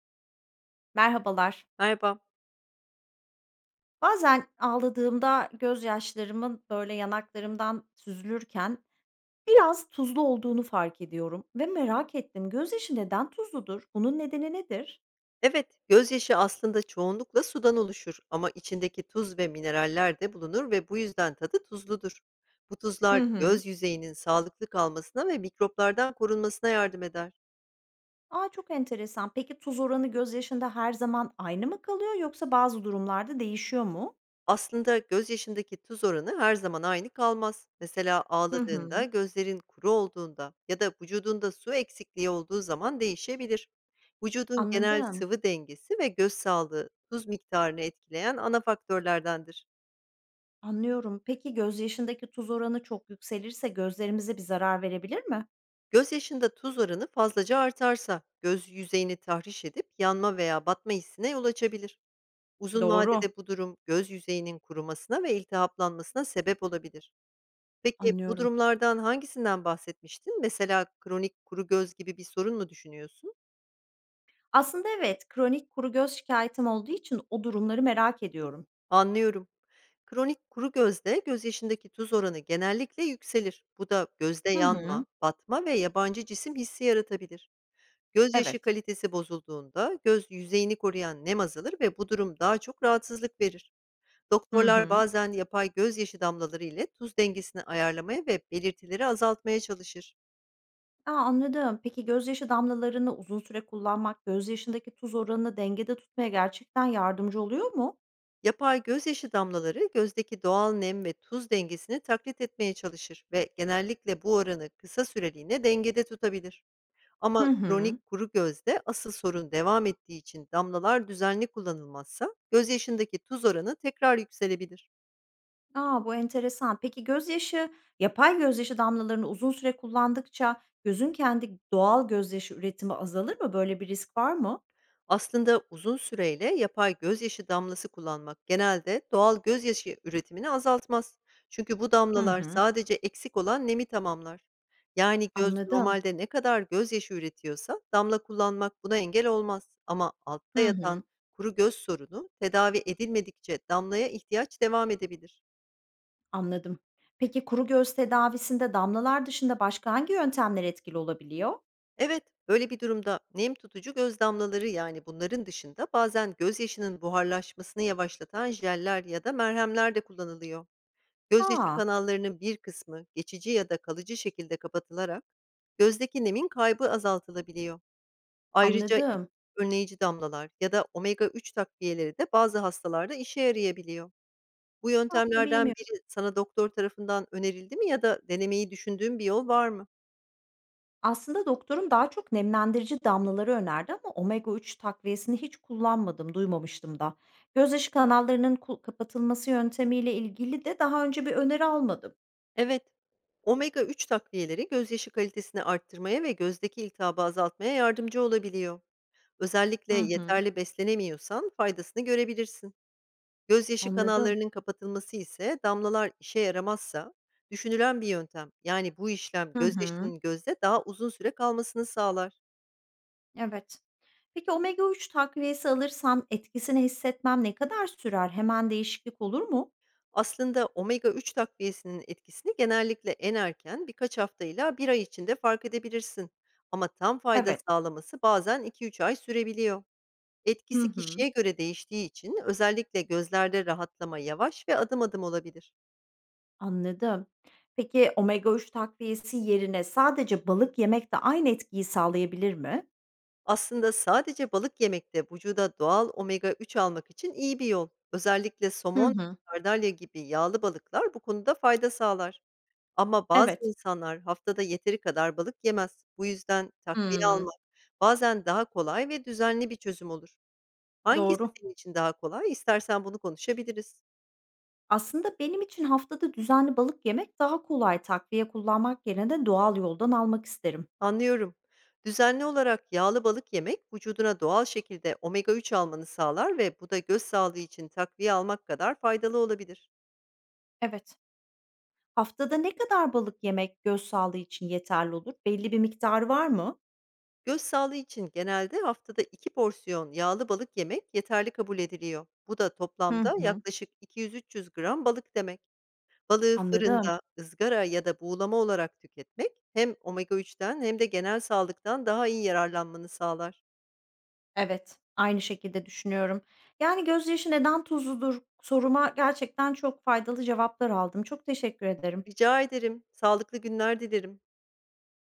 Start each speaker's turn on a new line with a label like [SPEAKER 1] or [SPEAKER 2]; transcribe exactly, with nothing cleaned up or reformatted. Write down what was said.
[SPEAKER 1] Merhabalar.
[SPEAKER 2] Merhaba.
[SPEAKER 1] Bazen ağladığımda gözyaşlarımın böyle yanaklarımdan süzülürken biraz tuzlu olduğunu fark ediyorum ve merak ettim. Gözyaşı neden tuzludur? Bunun nedeni nedir?
[SPEAKER 2] Evet, gözyaşı aslında çoğunlukla sudan oluşur ama içindeki tuz ve mineraller de bulunur ve bu yüzden tadı tuzludur. Bu
[SPEAKER 1] Hı
[SPEAKER 2] tuzlar
[SPEAKER 1] hı.
[SPEAKER 2] göz yüzeyinin sağlıklı kalmasına ve mikroplardan korunmasına yardım eder.
[SPEAKER 1] Aa çok enteresan. Peki tuz oranı gözyaşında her zaman aynı mı kalıyor yoksa bazı durumlarda değişiyor mu?
[SPEAKER 2] Aslında gözyaşındaki tuz oranı her zaman aynı kalmaz. Mesela
[SPEAKER 1] Hı
[SPEAKER 2] ağladığında,
[SPEAKER 1] hı.
[SPEAKER 2] gözlerin kuru olduğunda ya da vücudunda su eksikliği olduğu zaman değişebilir. Vücudun genel
[SPEAKER 1] Anladım.
[SPEAKER 2] sıvı dengesi ve göz sağlığı tuz miktarını etkileyen ana faktörlerdendir.
[SPEAKER 1] Anlıyorum. Peki gözyaşındaki tuz oranı çok yükselirse gözlerimize bir zarar verebilir mi?
[SPEAKER 2] Gözyaşında tuz oranı fazlaca artarsa göz yüzeyini tahriş edip yanma veya batma hissine yol açabilir. Uzun
[SPEAKER 1] Doğru.
[SPEAKER 2] vadede bu durum göz yüzeyinin kurumasına ve iltihaplanmasına sebep olabilir. Peki bu
[SPEAKER 1] Anlıyorum.
[SPEAKER 2] durumlardan hangisinden bahsetmiştin? Mesela kronik kuru göz gibi bir sorun mu düşünüyorsun?
[SPEAKER 1] Aslında evet, kronik kuru göz şikayetim olduğu için o durumları merak ediyorum.
[SPEAKER 2] Anlıyorum. Kronik kuru gözde gözyaşındaki tuz oranı genellikle yükselir. Bu da gözde
[SPEAKER 1] Hı hı.
[SPEAKER 2] yanma, batma ve yabancı cisim hissi yaratabilir. Gözyaşı
[SPEAKER 1] Evet.
[SPEAKER 2] kalitesi bozulduğunda göz yüzeyini koruyan nem azalır ve bu durum daha çok rahatsızlık verir.
[SPEAKER 1] Hı
[SPEAKER 2] Doktorlar
[SPEAKER 1] hı.
[SPEAKER 2] bazen yapay gözyaşı damlaları ile tuz dengesini ayarlamaya ve belirtileri azaltmaya çalışır.
[SPEAKER 1] A, anladım. Peki gözyaşı damlalarını uzun süre kullanmak gözyaşındaki tuz oranını dengede tutmaya gerçekten yardımcı oluyor mu?
[SPEAKER 2] Yapay gözyaşı damlaları gözdeki doğal nem ve tuz dengesini taklit etmeye çalışır ve genellikle bu oranı kısa süreliğine dengede tutabilir.
[SPEAKER 1] Hı
[SPEAKER 2] Ama
[SPEAKER 1] hı.
[SPEAKER 2] kronik kuru gözde asıl sorun devam ettiği için damlalar düzenli kullanılmazsa gözyaşındaki tuz oranı tekrar yükselebilir.
[SPEAKER 1] A, bu enteresan. Peki gözyaşı yapay gözyaşı damlalarını uzun süre kullandıkça gözün kendi doğal gözyaşı üretimi azalır mı? Böyle bir risk var mı?
[SPEAKER 2] Aslında uzun süreyle yapay gözyaşı damlası kullanmak genelde doğal gözyaşı üretimini azaltmaz. Çünkü bu
[SPEAKER 1] Hı
[SPEAKER 2] damlalar
[SPEAKER 1] hı.
[SPEAKER 2] sadece eksik olan nemi tamamlar. Yani göz
[SPEAKER 1] Anladım.
[SPEAKER 2] normalde ne kadar gözyaşı üretiyorsa damla kullanmak buna engel olmaz. Ama altta
[SPEAKER 1] Hı
[SPEAKER 2] yatan
[SPEAKER 1] hı.
[SPEAKER 2] kuru göz sorunu tedavi edilmedikçe damlaya ihtiyaç devam edebilir.
[SPEAKER 1] Anladım. Peki kuru göz tedavisinde damlalar dışında başka hangi yöntemler etkili olabiliyor?
[SPEAKER 2] Evet, böyle bir durumda nem tutucu göz damlaları yani bunların dışında bazen gözyaşının buharlaşmasını yavaşlatan jeller ya da merhemler de kullanılıyor. Gözyaşı
[SPEAKER 1] A!
[SPEAKER 2] kanallarının bir kısmı geçici ya da kalıcı şekilde kapatılarak gözdeki nemin kaybı azaltılabiliyor. Ayrıca iğne,
[SPEAKER 1] Anladım.
[SPEAKER 2] önleyici damlalar ya da omega üç takviyeleri de bazı hastalarda işe yarayabiliyor. Bu
[SPEAKER 1] Ben bunu
[SPEAKER 2] yöntemlerden
[SPEAKER 1] bilmiyordum.
[SPEAKER 2] biri sana doktor tarafından önerildi mi ya da denemeyi düşündüğün bir yol var mı?
[SPEAKER 1] Aslında doktorum daha çok nemlendirici damlaları önerdi ama omega üç takviyesini hiç kullanmadım, duymamıştım da. Gözyaşı kanallarının ku kapatılması yöntemiyle ilgili de daha önce bir öneri almadım.
[SPEAKER 2] Evet, omega üç takviyeleri gözyaşı kalitesini arttırmaya ve gözdeki iltihabı azaltmaya yardımcı olabiliyor. Özellikle
[SPEAKER 1] Hı hı.
[SPEAKER 2] yeterli beslenemiyorsan faydasını görebilirsin. Gözyaşı
[SPEAKER 1] Anladım.
[SPEAKER 2] kanallarının kapatılması ise damlalar işe yaramazsa düşünülen bir yöntem. Yani bu işlem
[SPEAKER 1] Hı hı.
[SPEAKER 2] gözyaşının gözde daha uzun süre kalmasını sağlar.
[SPEAKER 1] Evet. Peki omega üç takviyesi alırsam etkisini hissetmem ne kadar sürer? Hemen değişiklik olur mu?
[SPEAKER 2] Aslında omega üç takviyesinin etkisini genellikle en erken birkaç haftayla bir ay içinde fark edebilirsin. Ama tam fayda
[SPEAKER 1] Evet.
[SPEAKER 2] sağlaması bazen iki üç ay sürebiliyor.
[SPEAKER 1] Hı
[SPEAKER 2] Etkisi
[SPEAKER 1] hı.
[SPEAKER 2] kişiye göre değiştiği için özellikle gözlerde rahatlama yavaş ve adım adım olabilir.
[SPEAKER 1] Anladım. Peki omega üç takviyesi yerine sadece balık yemek de aynı etkiyi sağlayabilir mi?
[SPEAKER 2] Aslında sadece balık yemek de vücuda doğal omega üç almak için iyi bir yol. Özellikle
[SPEAKER 1] Hı
[SPEAKER 2] somon,
[SPEAKER 1] hı.
[SPEAKER 2] sardalya gibi yağlı balıklar bu konuda fayda sağlar. Ama bazı
[SPEAKER 1] Evet.
[SPEAKER 2] insanlar haftada yeteri kadar balık yemez. Bu yüzden takviye
[SPEAKER 1] Hımm.
[SPEAKER 2] almak bazen daha kolay ve düzenli bir çözüm olur. Hangisi
[SPEAKER 1] Doğru.
[SPEAKER 2] senin için daha kolay? İstersen bunu konuşabiliriz.
[SPEAKER 1] Aslında benim için haftada düzenli balık yemek daha kolay takviye kullanmak yerine doğal yoldan almak isterim.
[SPEAKER 2] Anlıyorum. Düzenli olarak yağlı balık yemek vücuduna doğal şekilde omega üç almanı sağlar ve bu da göz sağlığı için takviye almak kadar faydalı olabilir.
[SPEAKER 1] Evet. Haftada ne kadar balık yemek göz sağlığı için yeterli olur? Belli bir miktar var mı?
[SPEAKER 2] Göz sağlığı için genelde haftada iki porsiyon yağlı balık yemek yeterli kabul ediliyor. Bu da
[SPEAKER 1] Hı
[SPEAKER 2] toplamda
[SPEAKER 1] hı.
[SPEAKER 2] yaklaşık iki yüz üç yüz gram balık demek. Balığı
[SPEAKER 1] Anladım.
[SPEAKER 2] fırında, ızgara ya da buğulama olarak tüketmek hem omega üçten hem de genel sağlıktan daha iyi yararlanmanı sağlar.
[SPEAKER 1] Evet, aynı şekilde düşünüyorum. Yani, "Gözyaşı neden tuzludur?" soruma gerçekten çok faydalı cevaplar aldım. Çok teşekkür ederim.
[SPEAKER 2] Rica ederim. Sağlıklı günler dilerim.